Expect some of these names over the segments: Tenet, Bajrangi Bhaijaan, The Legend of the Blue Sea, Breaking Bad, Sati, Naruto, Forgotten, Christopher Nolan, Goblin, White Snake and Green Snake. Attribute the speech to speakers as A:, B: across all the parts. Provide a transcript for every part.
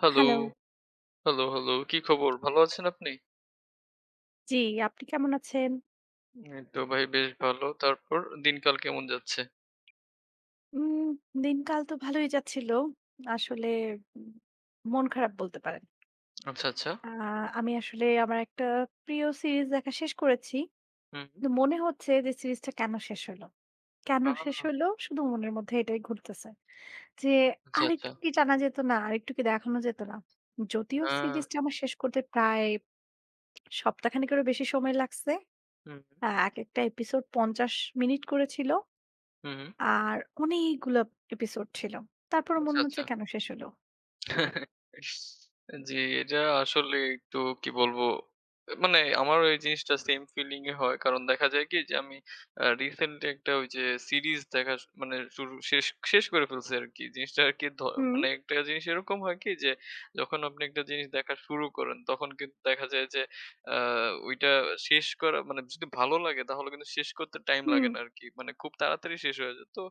A: Hello,
B: hello.
A: Hello. কি খবর? ভালো আছেন আপনি?
B: জি, আপনি কেমন আছেন?
A: এই তো ভাই বেশ ভালো। তারপর দিনকাল কেমন যাচ্ছে?
B: উম দিনকাল তো ভালোই যাচ্ছিল। আসলে উম মন খারাপ বলতে পারেন।
A: আচ্ছা, আচ্ছা।
B: আ আমি আসলে আমার একটা প্রিয় সিরিজ দেখা শেষ করেছি।
A: হুম।
B: কিন্তু মনে হচ্ছে যে সিরিজটা কেন শেষ হলো? কেন
A: আ
B: শেষ হলো? শুধু মনের মধ্যে এটাই ঘুরতেছে। যে
A: আচ্ছা, আচ্ছা।
B: আরেকটু কি জানা যেত না? আরেকটু কি দেখানো যেত না? যদিও
A: আ
B: সিরিজটা আমার শেষ করতে প্রায় সপ্তাহখানেকেরও বেশি সময় লাগছে।
A: হুম, হুম,
B: একেকটা এপিসোড ৫০ মিনিট করে ছিল।
A: হুম। হুম।
B: আর অনেকগুলা এপিসোড ছিল। তারপরও
A: আচ্ছা,
B: মনে হচ্ছে
A: আচ্ছা।
B: কেন শেষ হলো?
A: জি, এটা আসলে একটু কি বলবো? মানে আমারও এই জিনিসটা সেম ফিলিং ই হয়। কারণ দেখা যায় কি যে আমি রিসেন্টলি একটা ওই যে সিরিজ দেখা শ মানে শুরু শেষ শেষ করে ফেলছি আরকি। জিনিসটা আরকি ধ
B: হুম,
A: মানে একটা জিনিস এরকম হয় কি যে যখন আপনি একটা জিনিস দেখা শুরু করেন তখন কিন্তু দেখা যায় যে আ ওইটা শেষ করা মানে যদি ভালো লাগে তাহলে কিন্তু শেষ করতে টাইম
B: হুম,
A: লাগে না আরকি। মানে খুব তাড়াতাড়ি শেষ হয়ে যায়। তো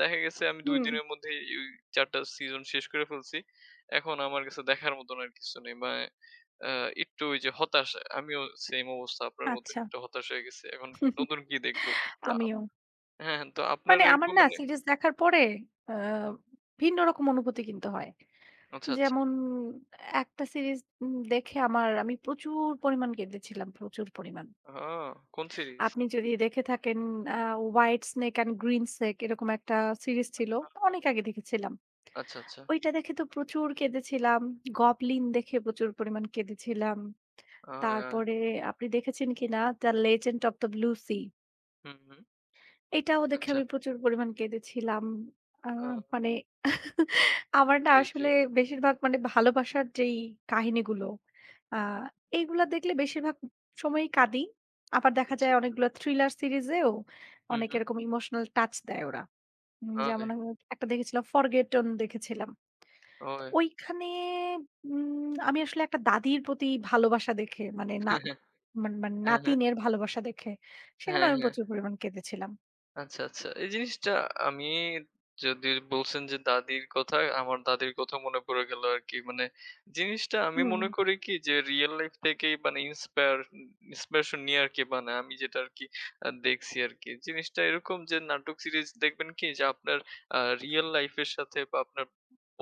A: দেখা গেছে আমি ২
B: হুম।
A: দিনের মধ্যেই ওই ৪ টা সিজন শেষ করে ফেলছি। এখন আমার কাছে দেখার মতন আর কিছু নেই। মানে আ একটু ওই যে হতাশ, আমিও সেইম অবস্থা আপনার মতন
B: আচ্ছা,
A: একটু হতাশ হয়ে গেছি। এখন নতুন কি দেখবো? তো আপ
B: আমিও।
A: হ্যাঁ, হ্যাঁ, তো আপনার
B: মানে আমার
A: এরকম
B: না
A: মানে
B: সিরিজ দেখার পরে আ ভিন্ন রকম অনুভূতি কিন্তু হয়।
A: আচ্ছা, আচ্ছা।
B: যেমন একটা সিরিজ দেখে আমি প্রচুর পরিমাণ কেঁদেছিলাম, প্রচুর পরিমাণ।
A: ও কোন সিরিজ?
B: আপনি যদি দেখে থাকেন আ 'white snake and green snake' এরকম একটা সিরিজ ছিল।
A: ও
B: অনেক আগে দেখেছিলাম।
A: আচ্ছা, আচ্ছা।
B: ওইটা দেখে তো প্রচুর কেঁদেছিলাম। 'গবলিন' দেখে প্রচুর পরিমাণ কেঁদেছিলাম।
A: হ্যাঁ।
B: তারপরে আপনি দেখেছেন কিনা "the legend of the blue sea"
A: হুম, হুম।
B: এটাও দেখে
A: আচ্ছা।
B: আমি প্রচুর পরিমাণ কেঁদেছিলাম। আ
A: আ
B: মানে আমার না
A: ঠিক,
B: আসলে
A: ঠিক।
B: বেশিরভাগ মানে ভালোবাসার যেই কাহিনীগুলো আ এইগুলা দেখলে বেশিরভাগ সময়ই কাঁদি। আবার দেখা
A: আচ্ছা,
B: যায়
A: আচ্ছা।
B: অনেকগুলা থ্রিলার সিরিজেও
A: হুম,
B: অনেক
A: হুম।
B: এরকম ইমোশনাল টাচ দেয় ওরা। যেমন
A: ওই,
B: আমি একটা দেখেছিলাম "ফরগেটন" দেখেছিলাম। তো
A: ওই।
B: ওইখানে উম আমি আসলে একটা দাদির প্রতি ভালোবাসা দেখে মানে না মানে
A: হ্যাঁ, হ্যাঁ।
B: নাতিনের ভালোবাসা দেখে সেখানে
A: হ্যাঁ,
B: আমি
A: হ্যাঁ।
B: প্রচুর পরিমাণ কেঁদেছিলাম।
A: আচ্ছা, আচ্ছা। এই জিনিসটা আমি যদি বলছেন যে দাদির কথা, আমার দাদির কথা মনে পড়ে গেল আরকি। মানে জিনিসটা আমি
B: হুম,
A: মনে করি কি যে রিয়াল লাইফ থেকেই মানে ইন্সপিরেশন নিয়ে আরকি বানায়। আমি যেটা আরকি দেখছি আরকি। জিনিসটা এরকম যে নাটক সিরিজ দেখবেন কি যে আপনার রিয়াল লাইফ এর সাথে বা আপনার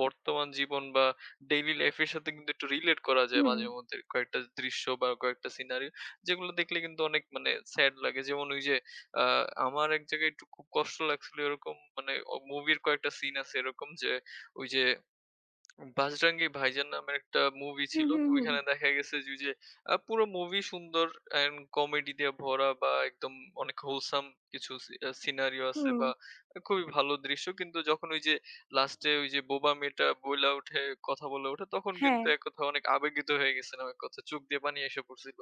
A: বর্তমান জীবন বা ডেইলি লাইফ এর সাথে কিন্তু একটু রিলেট করা যায়
B: হুম,
A: মাঝেমধ্যে কয়েকটা দৃশ্য বা কয়েকটা সিনারি যেগুলো দেখলে কিন্তু অনেক মানে স্যাড লাগে। যেমন ওই যে আ আমার এক জায়গায় একটু খুব কষ্ট লাগছিল এরকম মানে মুভির কয়েকটা সিন আছে এরকম যে ওই যে 'বাজরাঙ্গি ভাইজান' নামের একটা মুভি
B: হুম,
A: ছিল। তো
B: হুম, হুম,
A: ওইখানে দেখা গেছে যে ওই যে পুরো মুভি সুন্দর অ্যান্ড কমেডি দিয়ে ভরা বা একদম অনেক wholesome কিছু সি আ সিনারিও আছে
B: হুম,
A: বা খুবই ভালো দৃশ্য। কিন্তু যখন ওই যে লাস্টে ওই যে বোবা মেয়েটা বইলা উঠে, কথা বলে ওঠে তখন
B: হ্যাঁ,
A: কিন্তু এক কথায় অনেক আবেগিত হয়ে গেছিলাম এক কথায়। চোখ দিয়ে পানি এসে পড়ছিল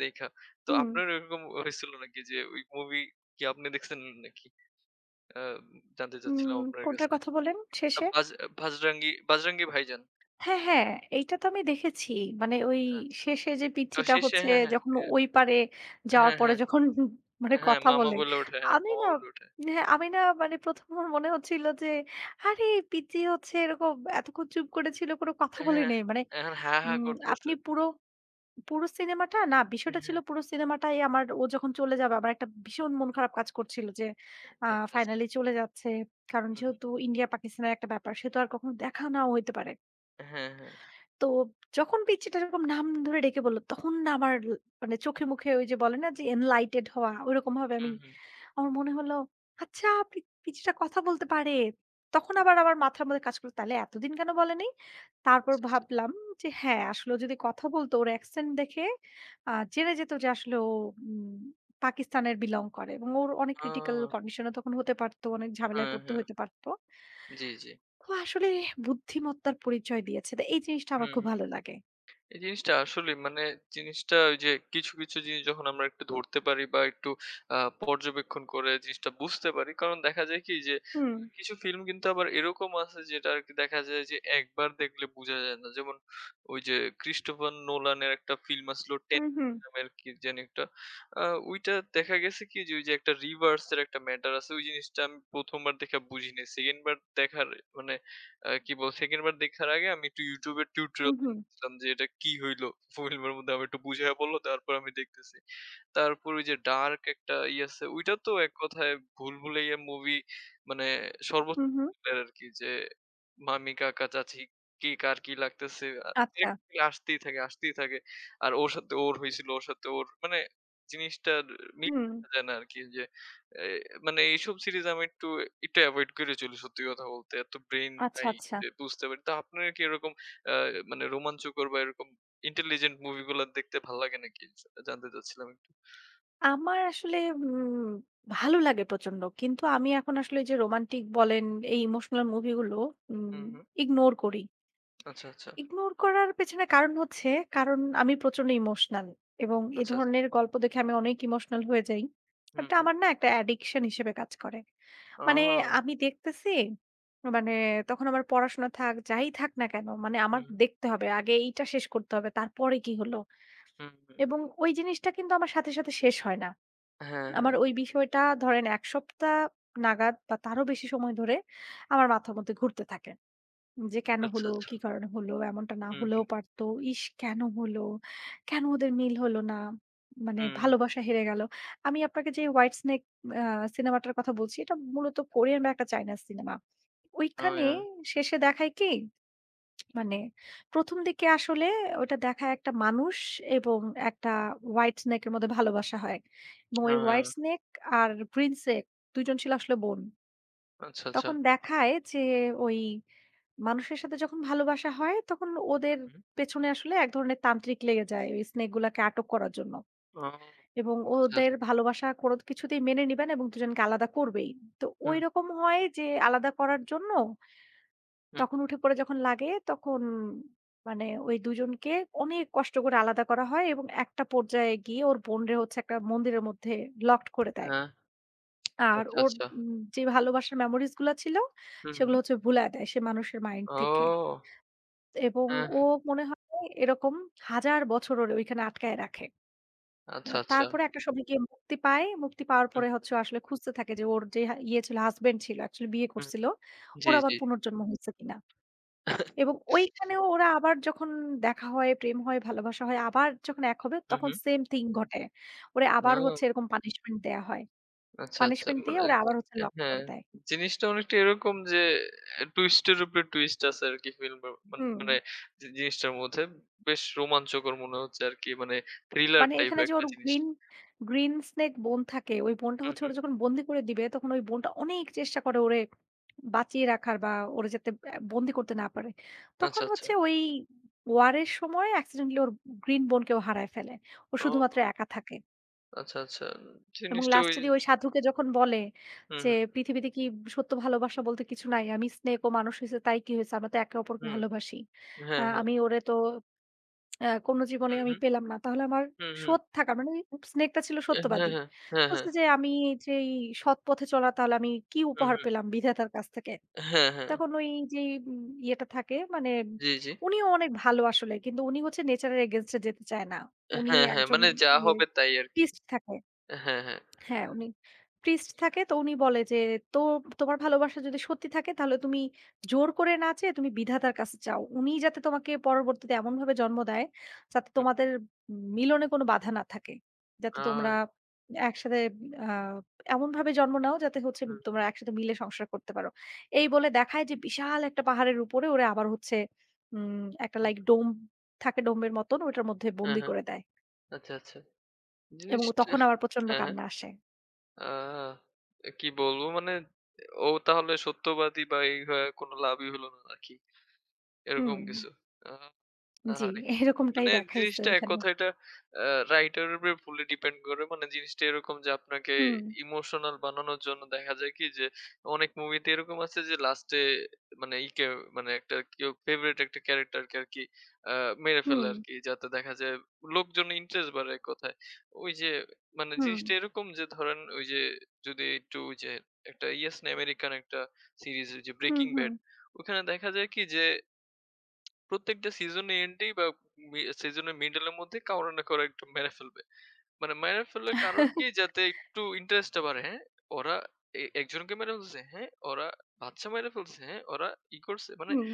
A: দেইখা। তো
B: হুম,
A: আপনার এরকম হইছিল নাকি যে ওই মুভি কি আপনি দেখছেন নাকি? আ জানতে চাচ্ছিলাম
B: উম
A: আপনার
B: কোনটার
A: কাছে।
B: কথা বলেন
A: আ
B: শেষে?
A: বাজ বাজরাঙ্গি ভাইজান'।
B: হ্যাঁ, হ্যাঁ, এইটা তো আমি দেখেছি। মানে ওই
A: আচ্ছা, আচ্ছা।
B: শেষে যে
A: তো
B: পিচ্চিটা
A: শেষে
B: হচ্ছে
A: হ্যাঁ, হ্যাঁ,
B: যখন ওই পারে যাওয়ার
A: হ্যাঁ,
B: পরে
A: হ্যাঁ,
B: যখন মানে
A: হ্যাঁ,
B: কথা বলে।
A: হ্যাঁ,
B: আমি
A: মামা
B: না
A: বলে ওঠে।
B: হ্যাঁ, আমি না মানে ১ম আমার মনে হচ্ছিল যে, আরে পিচ্চি হচ্ছে এরকম এতক্ষণ চুপ করে ছিল কোনো কথা বলে
A: হ্যাঁ,
B: নাই। মানে
A: এখন হা, হা
B: উম
A: করতেছে।
B: আপনি পুরো, পুরো সিনেমাটা না বিষয়টা ছিল
A: হ্যাঁ,
B: পুরো সিনেমাটাই আমার ও যখন চলে যাবে আমার একটা ভীষণ মন খারাপ কাজ করছিল যে আ
A: আচ্ছা, আচ্ছা।
B: ফাইনালি চলে যাচ্ছে। কারণ
A: হুম, হুম।
B: যেহেতু ইন্ডিয়া পাকিস্তানের একটা ব্যাপার সে তো আর কখনো দেখা নাও হইতে পারে।
A: হ্যাঁ, হ্যাঁ।
B: তো যখন পিচ্চিটা এরকম নাম ধরে ডেকে বলল, তখন না আমার মানে চোখে মুখে ওই যে বলে না যে এনলাইটেড হওয়া, ওইরকম ভাবে
A: হুম, হুম।
B: আমার মনে হলো, আচ্ছা পিচ্চিটা কথা বলতে পারে। তখন আবার আমার মাথার মধ্যে কাজ করলো, তাহলে এতদিন কেন বলে নাই? তারপর
A: আচ্ছা, আচ্ছা।
B: ভাবলাম যে হ্যাঁ, আসলেও যদি কথা বলতো ওর অ্যাকসেন্ট দেখে জেনে যেত যে আসলে ও উম পাকিস্তানের বিলং করে এবং ওর অনেক ক্রিটিক্যাল
A: ও!
B: কন্ডিশন ও তখন হতে পারতো, অনেক ঝামেলায়
A: হ্যাঁ,
B: পড়তে
A: হ্যাঁ।
B: হইতে পারতো।
A: জি, জি।
B: তো আসলে বুদ্ধিমত্তার পরিচয় দিয়েছে। তো এই জিনিসটা আমার
A: হুম,
B: খুব
A: হুম।
B: ভালো লাগে।
A: এই জিনিসটা আসলেই মানে জিনিসটা ওই যে কিছু জিনিস যখন আমরা একটু ধরতে পারি বা একটু আ পর্যবেক্ষণ করে জিনিসটা বুঝতে পারি। কারণ দেখা যায় কি যে
B: হুম,
A: কিছু ফিল্ম কিন্তু আবার এরকম আছে যেটা আরকি দেখা যায় যে একবার দেখলে বুঝা যায় না। যেমন ওই যে ক্রিস্টোফার নোলানের একটা ফিল্ম আসলো টেন
B: হুম, হুম,
A: নামের কি জানি একটা। আ ওইটা দেখা গেছে কি যে ওই যে একটা রিভার্স এর একটা ম্যাটার আছে। ওই জিনিসটা আমি ১ম বার দেখা বুঝি নাই। 2nd বার দেখার মানে আ কি বলে 2nd বার দেখার আগে আমি একটু YouTube এর টিউটোরিয়াল
B: হুম, হুম,
A: দেখছিলাম যে এটা কি হইলো? ফিল্মের মধ্যে আমাকে একটু বুঝাইয়া বলল তারপর আমি দেখতেছি। তারপর ওই যে ডার্ক একটা ইয়ে আছে ওইটা তো এক কথায় ভুল ভুলাইয়া মুভি মানে সর্বোচ্চ
B: হুম, হুম।
A: লেভেলের আরকি যে মামি, কাকা, চাচী কি কার কি লাগতেছে
B: আচ্ছা।
A: এরকম আসতেই থাকে, আসতেই থাকে। আর ওর সাথে ওর হইছিল, ওর সাথে ওর মানে জিনিসটার মিল
B: হুম,
A: দেখা যায় না আরকি যে এ মানে এইসব সিরিজ আমি একটু এভয়েড করে চলি সত্যি কথা বলতে। এত ব্রেইন
B: আচ্ছা,
A: নাই
B: আচ্ছা।
A: যে বুঝতে পারি। তো আপনার কি এরকম আ মানে রোমাঞ্চকর বা এরকম ইন্টেলিজেন্ট মুভিগুলা দেখতে ভাল লাগে নাকি? জানতে চাচ্ছিলাম একটু।
B: আমার আসলে উম ভালো লাগে প্রচন্ড। কিন্তু আমি এখন আসলে ওই যে রোমান্টিক বলেন, এই ইমোশনাল মুভি গুলো উম
A: হুম, হুম।
B: ইগনোর করি।
A: আচ্ছা, আচ্ছা।
B: ইগনোর করার পেছনে কারণ হচ্ছে, কারণ আমি প্রচন্ড ইমোশনাল এবং এ
A: আচ্ছা, আচ্ছা।
B: ধরনের গল্প দেখে আমি অনেক ইমোশনাল হয়ে যাই।
A: হুম,
B: এটা
A: হুম।
B: আমার না একটা অ্যাডিকশন হিসেবে কাজ করে।
A: আ
B: মানে আমি দেখতেছি, মানে তখন আমার পড়াশোনা থাক, যাই থাক না কেন, মানে আমার
A: হুম,
B: দেখতে হবে, আগে এইটা শেষ করতে হবে, তারপরে কি হলো?
A: হুম, হুম।
B: এবং ওই জিনিসটা কিন্তু আমার সাথে, সাথে শেষ হয় না।
A: হ্যাঁ,
B: আমার
A: হ্যাঁ।
B: ওই বিষয়টা ধরেন ১ সপ্তাহ নাগাদ বা তারও বেশি সময় ধরে আমার মাথার মধ্যে ঘুরতে থাকে। যে কেন
A: আচ্ছা,
B: হলো?
A: আচ্ছা।
B: কি কারণে হলো? এমনটা না
A: হুম,
B: হলেও
A: হুম,
B: পারতো। ইস! কেন হলো? কেন ওদের মিল হলো না? মানে
A: হুম, হুম।
B: ভালোবাসা হেরে গেল। আমি আপনাকে যে 'হোয়াইট স্নেক' আ সিনেমাটার কথা বলছি, এটা মূলত কোরিয়ান বা একটা চাইনা সিনেমা।
A: ও
B: ওইখানে
A: ইয়া,
B: শেষে দেখায় কি? মানে ১ম দিকে আসলে ওটা দেখায় একটা মানুষ এবং একটা হোয়াইট স্নেক এর মধ্যে ভালোবাসা হয়। এবং
A: ও
B: ওই হোয়াইট
A: ইয়া।
B: স্নেক আর গ্রিন স্নেক ২ জন ছিল আসলে বোন।
A: আচ্ছা, আচ্ছা।
B: তখন দেখায় যে ওই মানুষের সাথে যখন ভালোবাসা হয়, তখন ওদের
A: হুম।
B: পেছনে আসলে এক ধরনের তান্ত্রিক লেগে যায় ওই স্নেক গুলাকে আটক করার জন্য।
A: ও
B: এবং
A: আচ্ছা,
B: ওদের
A: আচ্ছা।
B: ভালোবাসা কোন কিছুতেই মেনে নিবে না এবং দুজনকে আলাদা করবেই। তো
A: হুম,
B: ঐরকম হয় যে আলাদা করার জন্য
A: হুম,
B: তখন
A: হুম।
B: উঠে পড়ে যখন লাগে তখন মানে ওই দুজনকে অনেক কষ্ট করে আলাদা করা হয় এবং একটা পর্যায়ে গিয়ে ওর বোনরে হচ্ছে একটা মন্দিরের মধ্যে লকড করে দেয়।
A: হ্যাঁ।
B: আর
A: আচ্ছা,
B: ওর
A: আচ্ছা।
B: যে ভালোবাসার মেমোরিজ গুলা ছিল,
A: হুম,
B: সেগুলো
A: হুম।
B: হচ্ছে ভুলায়া দেয় সে মানুষের মাইন্ড থেকে।
A: ও!
B: এবং
A: হ্যাঁ।
B: ও মনে হয় এরকম হাজার বছর ওরে ওইখানে আটকায় রাখে।
A: আচ্ছা, আচ্ছা।
B: তারপরে একটা সময় গিয়ে মুক্তি পায়। মুক্তি পাওয়ার
A: হুম,
B: পরে হচ্ছে ও আসলে খুঁজতে থাকে যে ওর যে হা ইয়ে ছিল হাসব্যান্ড ছিল, অ্যাকচুয়ালি বিয়ে
A: হুম।
B: করছিল।
A: জি,
B: ওর আবার
A: জি।
B: পুনর্জন্ম হইছে কিনা। এবং ওইখানেও ওরা আবার যখন দেখা হয়, প্রেম হয়, ভালোবাসা হয়, আবার যখন এক হবে
A: হুম,
B: তখন
A: হুম।
B: সেম থিং ঘটে। ওরে আবার
A: ও!
B: হচ্ছে এরকম পানিশমেন্ট দেয়া হয়।
A: আচ্ছা, আচ্ছা।
B: পানিশমেন্ট দিয়ে
A: মানে
B: ওরা আবার হচ্ছে লক
A: হ্যাঁ,
B: করে দেয়।
A: জিনিসটা অনেকটা এরকম যে এ টুইস্ট এর উপরে টুইস্ট আছে আরকি ফিল্মে
B: হুম।
A: মানে জিনিসটার মধ্যে বেশ রোমাঞ্চকর মনে হচ্ছে আরকি। মানে থ্রিলার
B: মানে
A: টাইপ
B: এখানে যে
A: একটা
B: ওর
A: জিনিস।
B: গ্রিন, গ্রিন স্নেক বোন থাকে, ওই বোনটা
A: হুম,
B: হচ্ছে
A: হুম।
B: ওরে যখন বন্দি করে দিবে, তখন ওই বোনটা অনেক চেষ্টা করে ওরে বাঁচিয়ে রাখার বা ওরে যাতে অ্যা বন্দি করতে না পারে।
A: আচ্ছা,
B: তখন
A: আচ্ছা।
B: হচ্ছে ওই ওয়ারের সময় অ্যাক্সিডেন্টালি ওর গ্রিন বোনকেও হারায় ফেলে। ও শুধুমাত্র
A: ও!
B: একা থাকে।
A: আচ্ছা, আচ্ছা।
B: এবং
A: জিনিসটা ওই
B: লাস্টে দিয়ে ওই সাধুকে যখন বলে
A: হুম,
B: যে,
A: হুম,
B: "পৃথিবীতে কি সত্য ভালোবাসা বলতে কিছু নাই? আমি স্নেক ও মানুষ হইছে তাই কি হইছে? আমরা তো একে অপরকে
A: হুম।
B: ভালোবাসি।
A: হ্যাঁ, হ্যাঁ।
B: আমি ওরে তো কোনো জীবনে
A: হুম,
B: আমি
A: হুম,
B: পেলাম না। তাহলে আমার
A: হুম, হুম।
B: সৎ থাকা মানে স্নেকটা ছিল
A: হ্যাঁ,
B: সত্যবাদী।
A: হ্যাঁ। হ্যাঁ, হ্যাঁ।
B: বলছে যে আমি যেই সৎ পথে চলা তাহলে আমি কি
A: হুম,
B: উপহার
A: হুম।
B: পেলাম বিধাতার কাছ থেকে।
A: হ্যাঁ, হ্যাঁ।
B: তখন ওই যেই ইয়েটা থাকে মানে
A: জি, জি।
B: উনিও অনেক ভালো আসলে। কিন্তু উনি হচ্ছে নেচার এর এগেইনস্ট এ যেতে চায় না। উনি
A: হ্যাঁ, হ্যাঁ।
B: একজন
A: মানে যা
B: ইয়ে
A: হবে তাই আরকি।
B: পিস্ট থাকে।
A: হ্যাঁ, হ্যাঁ।
B: হ্যাঁ, উনি priest থাকে তো উনি বলে যে, "তো তোমার ভালোবাসা যদি সত্যি থাকে তাহলে তুমি জোর করে না চেয়ে তুমি বিধাতার কাছে চাও। উনিই যাতে তোমাকে পরবর্তীতে এমনভাবে জন্ম দেয় যাতে
A: হুম।
B: তোমাদের মিলনে কোনো বাধা না থাকে। যাতে
A: আ
B: তোমরা একসাথে আ এমনভাবে জন্ম নাও যাতে হচ্ছে
A: হুম, হুম,
B: তোমরা একসাথে মিলে সংসার করতে পারো।" এই বলে দেখায় যে বিশাল একটা পাহাড়ের উপরে ওরে আবার হচ্ছে একটা
A: হুম।
B: লাইক ডোম থাকে ডোমের মতন ওটার মধ্যে
A: হ্যাঁ,
B: বন্দি
A: হ্যাঁ।
B: করে দেয়
A: আচ্ছা, আচ্ছা।
B: এবং
A: জিনিসটা
B: তখন আবার প্রচন্ড
A: হ্যাঁ, হ্যাঁ।
B: কান্না আসে।
A: আ কি বলবো মানে ও তাহলে সত্যবাদী বা এই হয়ে কোনো লাভই হলো না নাকি?
B: হুম।
A: এরকম কিছু। আ
B: জি,
A: আহারে!
B: এরকমটাই
A: মানে
B: দেখাইছে
A: জিনিসটা এক
B: ওইখানে।
A: কথায় এটা আ রাইটারের উপরে ফুললি ডিপেন্ড করে। মানে জিনিসটা এরকম যে আপনাকে
B: হুম,
A: ইমোশনাল বানানোর জন্য দেখা যায় কি যে অনেক মুভিতে এরকম আছে যে লাস্টে মানে ইকে মানে একটা কেউ ফেভারিট একটা ক্যারেক্টারকে আরকি আ মেরে ফেলে
B: হুম,
A: আরকি। যাতে দেখা যায় লোকজনের ইন্টারেস্ট বাড়ে এক কথায়। ওই যে মানে
B: হুম,
A: জিনিসটা এরকম যে ধরেন ওই যে যদি একটু ওই যে একটা ইয়েস না আমেরিকান একটা সিরিজ ওই যে
B: হুম,
A: 'ব্রেকিং
B: হুম,
A: ব্যাড' ওখানে দেখা যায় কি যে প্রত্যেকটা সিজনে এন্ডেই বা সিজনের মিডলের মধ্যে কারো না কারো একটু মেরে ফেলবে। মানে মেরে ফেলার কারণ কি? যাতে একটু ইন্টারেস্টটা বাড়ে, হ্যাঁ? ওরা একজনকে মেরে ফেলছে, হ্যাঁ? ওরা বাচ্চা মেরে ফেলছে, হ্যাঁ? ওরা ই করছে মানে
B: হুম,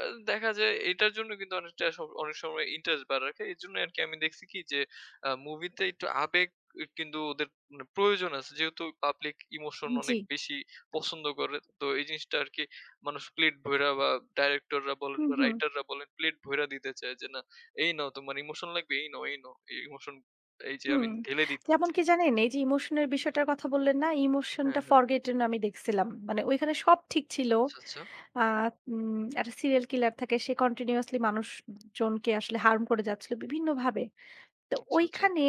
A: আ দেখা যায় এটার জন্য কিন্তু অনেকটা সব অনেক সময় ইন্টারেস্ট বাড়ায় রাখে। এজন্য আরকি আমি দেখছি কি যে মুভিতে একটু আবেগ কিন্তু ওদের মানে প্রয়োজন আছে। যেহেতু পাবলিক ইমোশন
B: জি,
A: অনেক বেশি পছন্দ করে। তো এই জিনিসটা আরকি মানুষ প্লেট ভইরা বা ডাইরেক্টররা বলেন
B: হুম,
A: বা
B: হুম,
A: রাইটাররা বলেন প্লেট ভইরা দিতে চায় যে, "না, এই নাও তোমার ইমোশন লাগবে, এই নাও, এই নাও। এই ইমোশন এই যে আমি
B: হুম।
A: ঢেলে
B: যেমন
A: দিচ্ছি।"
B: কি জানেন? এই যে ইমোশনের বিষয়টার কথা বললেন না?
A: হ্যাঁ,
B: ইমোশনটা
A: হ্যাঁ।
B: ফরগেটেন আমি দেখছিলাম। মানে ওইখানে সব ঠিক ছিল।
A: আচ্ছা, আচ্ছা।
B: আ একটা সিরিয়াল কিলার থাকে সে কন্টিনিউয়াসলি মানুষজনকে আসলে হার্ম করে যাচ্ছিল বিভিন্নভাবে। তো
A: আচ্ছা, আচ্ছা।
B: ওইখানে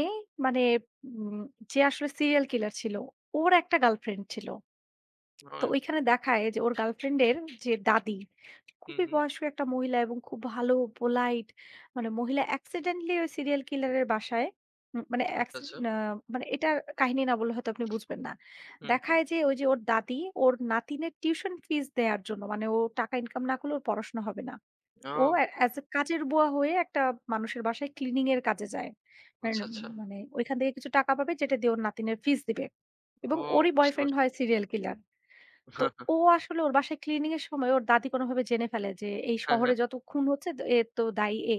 B: মানে উম যে আসলে সিরিয়াল কিলার ছিল, ওর একটা গার্লফ্রেন্ড ছিল। তো
A: হুম,
B: ওইখানে দেখায় যে ওর গার্লফ্রেন্ডের যে দাদি,
A: হুম,
B: খুবই
A: হুম।
B: বয়স্ক একটা মহিলা এবং খুব ভালো পোলাইট মানে মহিলা অ্যাক্সিডেন্টলি ওই সিরিয়াল কিলার এর বাসায় মানে
A: আচ্ছা,
B: অ্যাক্সি
A: আচ্ছা।
B: আ মানে এটার কাহিনী না বললে হয়তো আপনি বুঝবেন না।
A: হুম, হুম।
B: দেখায় যে ওই যে ওর দাদি ওর নাতিনের টিউশন ফিস দেয়ার জন্য মানে ও টাকা ইনকাম না করলে ওর পড়াশোনা হবে না। ও
A: ও!
B: অ্যাজ এ কাজের বুয়া হয়ে একটা মানুষের বাসায় ক্লিনিং এর কাজে যায়। এন
A: আচ্ছা, আচ্ছা।
B: মানে ওইখান থেকে কিছু টাকা পাবে যেটা দিয়ে ওর নাতিনের ফিস দিবে এবং
A: ও
B: ওরই
A: বুঝতে
B: বয়ফ্রেন্ড
A: পারছি।
B: হয় সিরিয়াল কিলার। তো ও আসলে ওর বাসায় ক্লিনিং এর সময় ওর দাদি কোনোভাবে জেনে ফেলে যে এই
A: হ্যাঁ,
B: শহরে
A: হ্যাঁ।
B: যত খুন হচ্ছে তো এর তো দায়ী এ।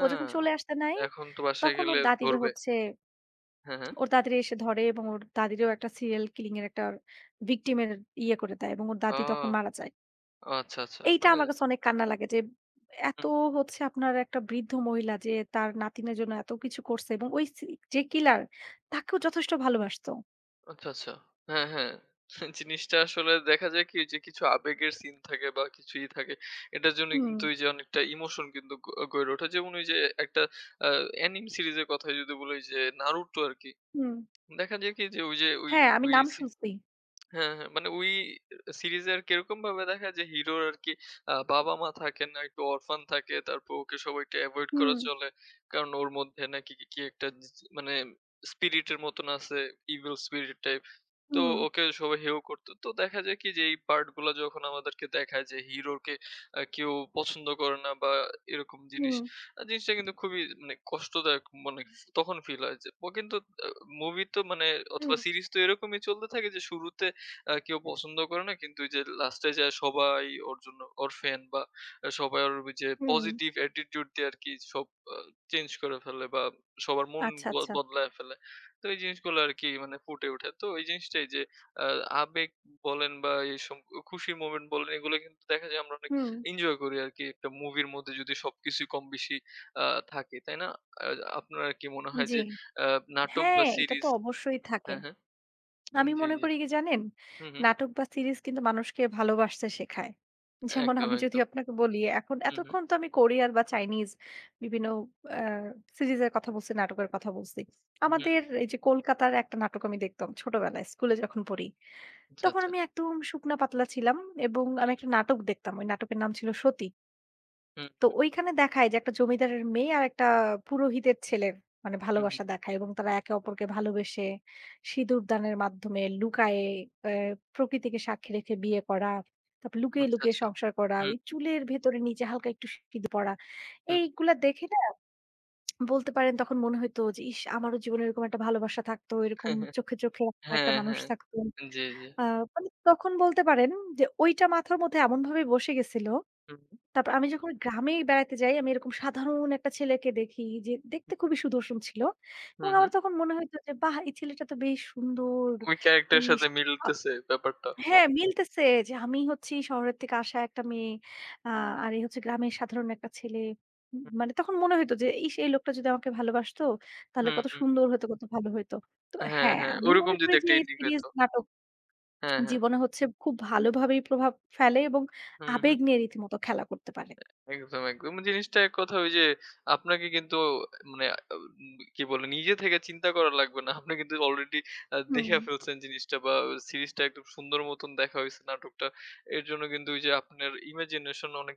B: ও যখন চলে আসতে নাই
A: এখন তো বাসায়
B: তখন
A: গেলে
B: ওর দাদিরে
A: ধরবে।
B: হচ্ছে
A: হ্যাঁ, হ্যাঁ।
B: ওর দাদিরে এসে ধরে এবং ওর দাদিরেও একটা সিরিয়াল কিলিং এর একটা ভিকটিম এর ইয়ে করে দেয় এবং ওর দাদি তখন
A: ও,
B: মারা যায়।
A: আচ্ছা, আচ্ছা।
B: এইটা
A: মানে
B: আমার কাছে অনেক কান্না লাগে যে এত
A: হুম,
B: হচ্ছে আপনার একটা বৃদ্ধ মহিলা যে তার নাতিনের জন্য এত কিছু করছে এবং ওই যে কিলার তাকেও যথেষ্ট ভালোবাসতো।
A: আচ্ছা, আচ্ছা। হ্যাঁ, হ্যাঁ। জিনিসটা আসলে দেখা যায় কি যে কিছু আবেগের সিন থাকে বা কিছুই থাকে। এটার জন্য
B: হুম,
A: কিন্তু ওই যে অনেকটা ইমোশন কিন্তু গইড়ে ওঠে। যেমন ওই যে একটা আ অ্যানিম সিরিজের কথাই যদি বলি যে 'নারুটো' আরকি।
B: হুম।
A: দেখা যায় কি যে ওই যে
B: হ্যাঁ, আমি
A: ওই
B: নাম
A: সি
B: শুনছি।
A: হ্যাঁ, হ্যাঁ। মানে ওই সিরিজে আরকি এরকমভাবে দেখায় যে হিরোর আরকি বাবা-মা থাকেন না, একটু অরফান থাকে। তারপর ওকে সবাই একটু এভয়েড করে
B: হুম,
A: চলে। কারণ ওর মধ্যে নাকি কি কি একটা মানে স্পিরিট এর মতন আছে, ইভিল স্পিরিট টাইপ। তো
B: হুম,
A: ওকে সবাই হেয় করতো। তো দেখা যায় কি যে এই পার্ট গুলা যখন আমাদেরকে দেখায় যে হিরোকে কেউ পছন্দ করে না বা এরকম জিনিস,
B: হুম,
A: জিনিসটা কিন্তু খুবই মানে কষ্টদায়ক মনে তখন ফিল হয় যে ও কিন্তু আ মুভি তো মানে অথবা
B: হুম।
A: সিরিজ তো এরকমই চলতে থাকে যে শুরুতে কেউ পছন্দ করে না কিন্তু ওই যে লাস্টে যায় সবাই ওর জন্য ওর ফ্যান বা সবাই ওর ওই যে
B: হুম,
A: পজিটিভ অ্যাটিটিউড দিয়ে আরকি সব আ চেঞ্জ করে ফেলে বা সবার মন
B: আচ্ছা, আচ্ছা।
A: বদলায় ফেলে। তো এই জিনিসগুলো আরকি মানে ফুটে ওঠে। তো এই জিনিসটাই যে আ আবেগ বলেন বা এইসব খুশির মোমেন্ট বলেন এগুলো কিন্তু দেখা যায় আমরা অনেক
B: হুম,
A: এনজয় করি আরকি একটা মুভির মধ্যে যদি সবকিছুই কম বেশি আ থাকে। তাই না? আ আপনার কি মনে হয়
B: জি।
A: যে আ নাটক বা
B: হ্যাঁ, এটা
A: সিরিজ
B: তো অবশ্যই থাকে।
A: হ্যাঁ, হ্যাঁ।
B: আমি
A: জি,
B: মনে
A: জি।
B: করি কি জানেন?
A: হুম, হুম।
B: নাটক বা সিরিজ কিন্তু মানুষকে ভালোবাসতে শেখায়। যেমন
A: একদম,
B: আমি যদি
A: একদম।
B: আপনাকে বলি এখন
A: হুম, হুম।
B: এতক্ষণ তো আমি কোরিয়ার বা চাইনিজ বিভিন্ন আ সিরিজের কথা বলছি, নাটকের কথা বলছি।
A: হুম।
B: আমাদের এই যে কলকাতার একটা নাটক আমি দেখতাম ছোটবেলায় স্কুলে যখন পড়ি।
A: আচ্ছা,
B: তখন
A: আচ্ছা।
B: আমি একদম শুকনা পাতলা ছিলাম এবং আমি
A: হুম,
B: একটা নাটক দেখতাম। ওই নাটকের নাম ছিল সতী।
A: হুম,
B: তো
A: হুম,
B: ঐখানে দেখায় যে একটা জমিদারের মেয়ে আর একটা পুরোহিতের ছেলের মানে
A: হুম,
B: ভালোবাসা
A: হুম।
B: দেখায় এবং তারা একে অপরকে ভালোবেসে সিঁদুর দানের মাধ্যমে লুকায়ে আ প্রকৃতিকে সাক্ষী রেখে বিয়ে করা। তারপর লুকিয়ে,
A: আচ্ছা,
B: লুকিয়ে
A: আচ্ছা।
B: সংসার করা।
A: হুম,
B: ওই চুলের ভেতরে নিচে হালকা একটু সিঁদুর পড়া।
A: হুম।
B: এইগুলা দেখে না বলতে পারেন তখন মনে হইতো যে, "ইস! আমারও জীবনে এরকম একটা ভালোবাসা থাকতো। এরকম চোখে, চোখে রাখার একটা
A: হ্যাঁ,
B: মানুষ
A: হ্যাঁ।
B: থাকতো।"
A: জি, জি।
B: আ মানে তখন বলতে পারেন যে, ওইটা মাথার মধ্যে এমনভাবে বসে গেছিল
A: হুম,
B: তারপর আমি যখন গ্রামে বেড়াতে যাই, আমি এরকম সাধারণ একটা ছেলেকে দেখি যে দেখতে
A: হুম,
B: খুবই সুদর্শন ছিল। এবং
A: হুম,
B: আমার
A: হুম।
B: তখন মনে হইতো যে, "বাহ! এই ছেলেটা তো বেশ সুন্দর।"
A: ওই
B: এই
A: ক্যারেক্টারের সাথে
B: আ
A: মিলতেছে ব্যাপারটা।
B: হ্যাঁ, মিলতেছে যে আমি হচ্ছি শহরের থেকে আসা একটা মেয়ে। আ আর এ হচ্ছে গ্রামের সাধারণ একটা ছেলে। মানে তখন মনে হইতো যে, "ইস! এই সেই লোকটা যদি আমাকে ভালোবাসতো, তাহলে
A: হুম,
B: কত
A: হুম।
B: সুন্দর হইতো, কত ভালো হইতো।" তো
A: হ্যাঁ,
B: হ্যাঁ,
A: হ্যাঁ।
B: আমি
A: ওরকম
B: মনে
A: যদি
B: করি যে
A: একটা
B: এই
A: এন্ডিং
B: সিরিজ,
A: হইতো।
B: নাটক
A: হ্যাঁ, হ্যাঁ।
B: জীবনে হচ্ছে খুব ভালোভাবেই প্রভাব ফেলে এবং
A: হুম, হুম।
B: আবেগ নিয়ে রীতিমতো খেলা করতে পারে।
A: একদম, একদম। মানে জিনিসটা এক কথা ওই যে আপনাকে কিন্তু মানে আহ, উম কি বলে নিজে থেকে চিন্তা করা লাগবে না। আপনি কিন্তু অলরেডি
B: হুম।
A: দেইখা ফেলছেন জিনিসটা বা সিরিজটা একদম সুন্দর মতন দেখা হইছে নাটকটা। এর জন্য কিন্তু ওই যে আপনার ইমাজিনেশন অনেক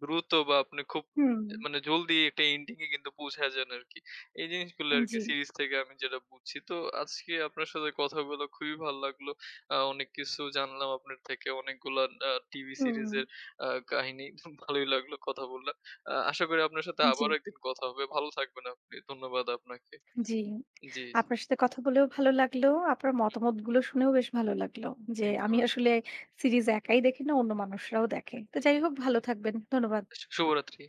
A: দ্রুত বা আপনি খুব
B: হুম,
A: মানে জলদি একটা এন্ডিং এ কিন্তু পৌঁছায় যান আরকি। এই জিনিসগুলো আরকি
B: জি।
A: সিরিজ থেকে আমি যেটা বুঝছি। তো আজকে আপনার সাথে কথা বলে খুবই ভালো লাগলো। অনেক কিছু জানলাম আপনার থেকে। অনেকগুলা টিভি
B: হুম।
A: সিরিজের আ কাহিনী ভালোই লাগলো কথা বললাম। আশা করি আপনার সাথে
B: জি,
A: আবারও একদিন কথা হবে। ভালো থাকবেন আপনি। ধন্যবাদ আপনাকে।
B: জি।
A: জি, জি।
B: আপনার সাথে কথা বলেও ভালো লাগলো। আপনার
A: হুম,
B: মতামতগুলো শুনেও বেশ ভালো লাগলো। যে
A: একদম,
B: আমি
A: একদম।
B: আসলে সিরিজ একাই দেখি না, অন্য মানুষরাও দেখে। তো যাই হোক
A: জি।
B: ভালো থাকবেন। ধন্যবাদ।
A: শুভরাত্রি।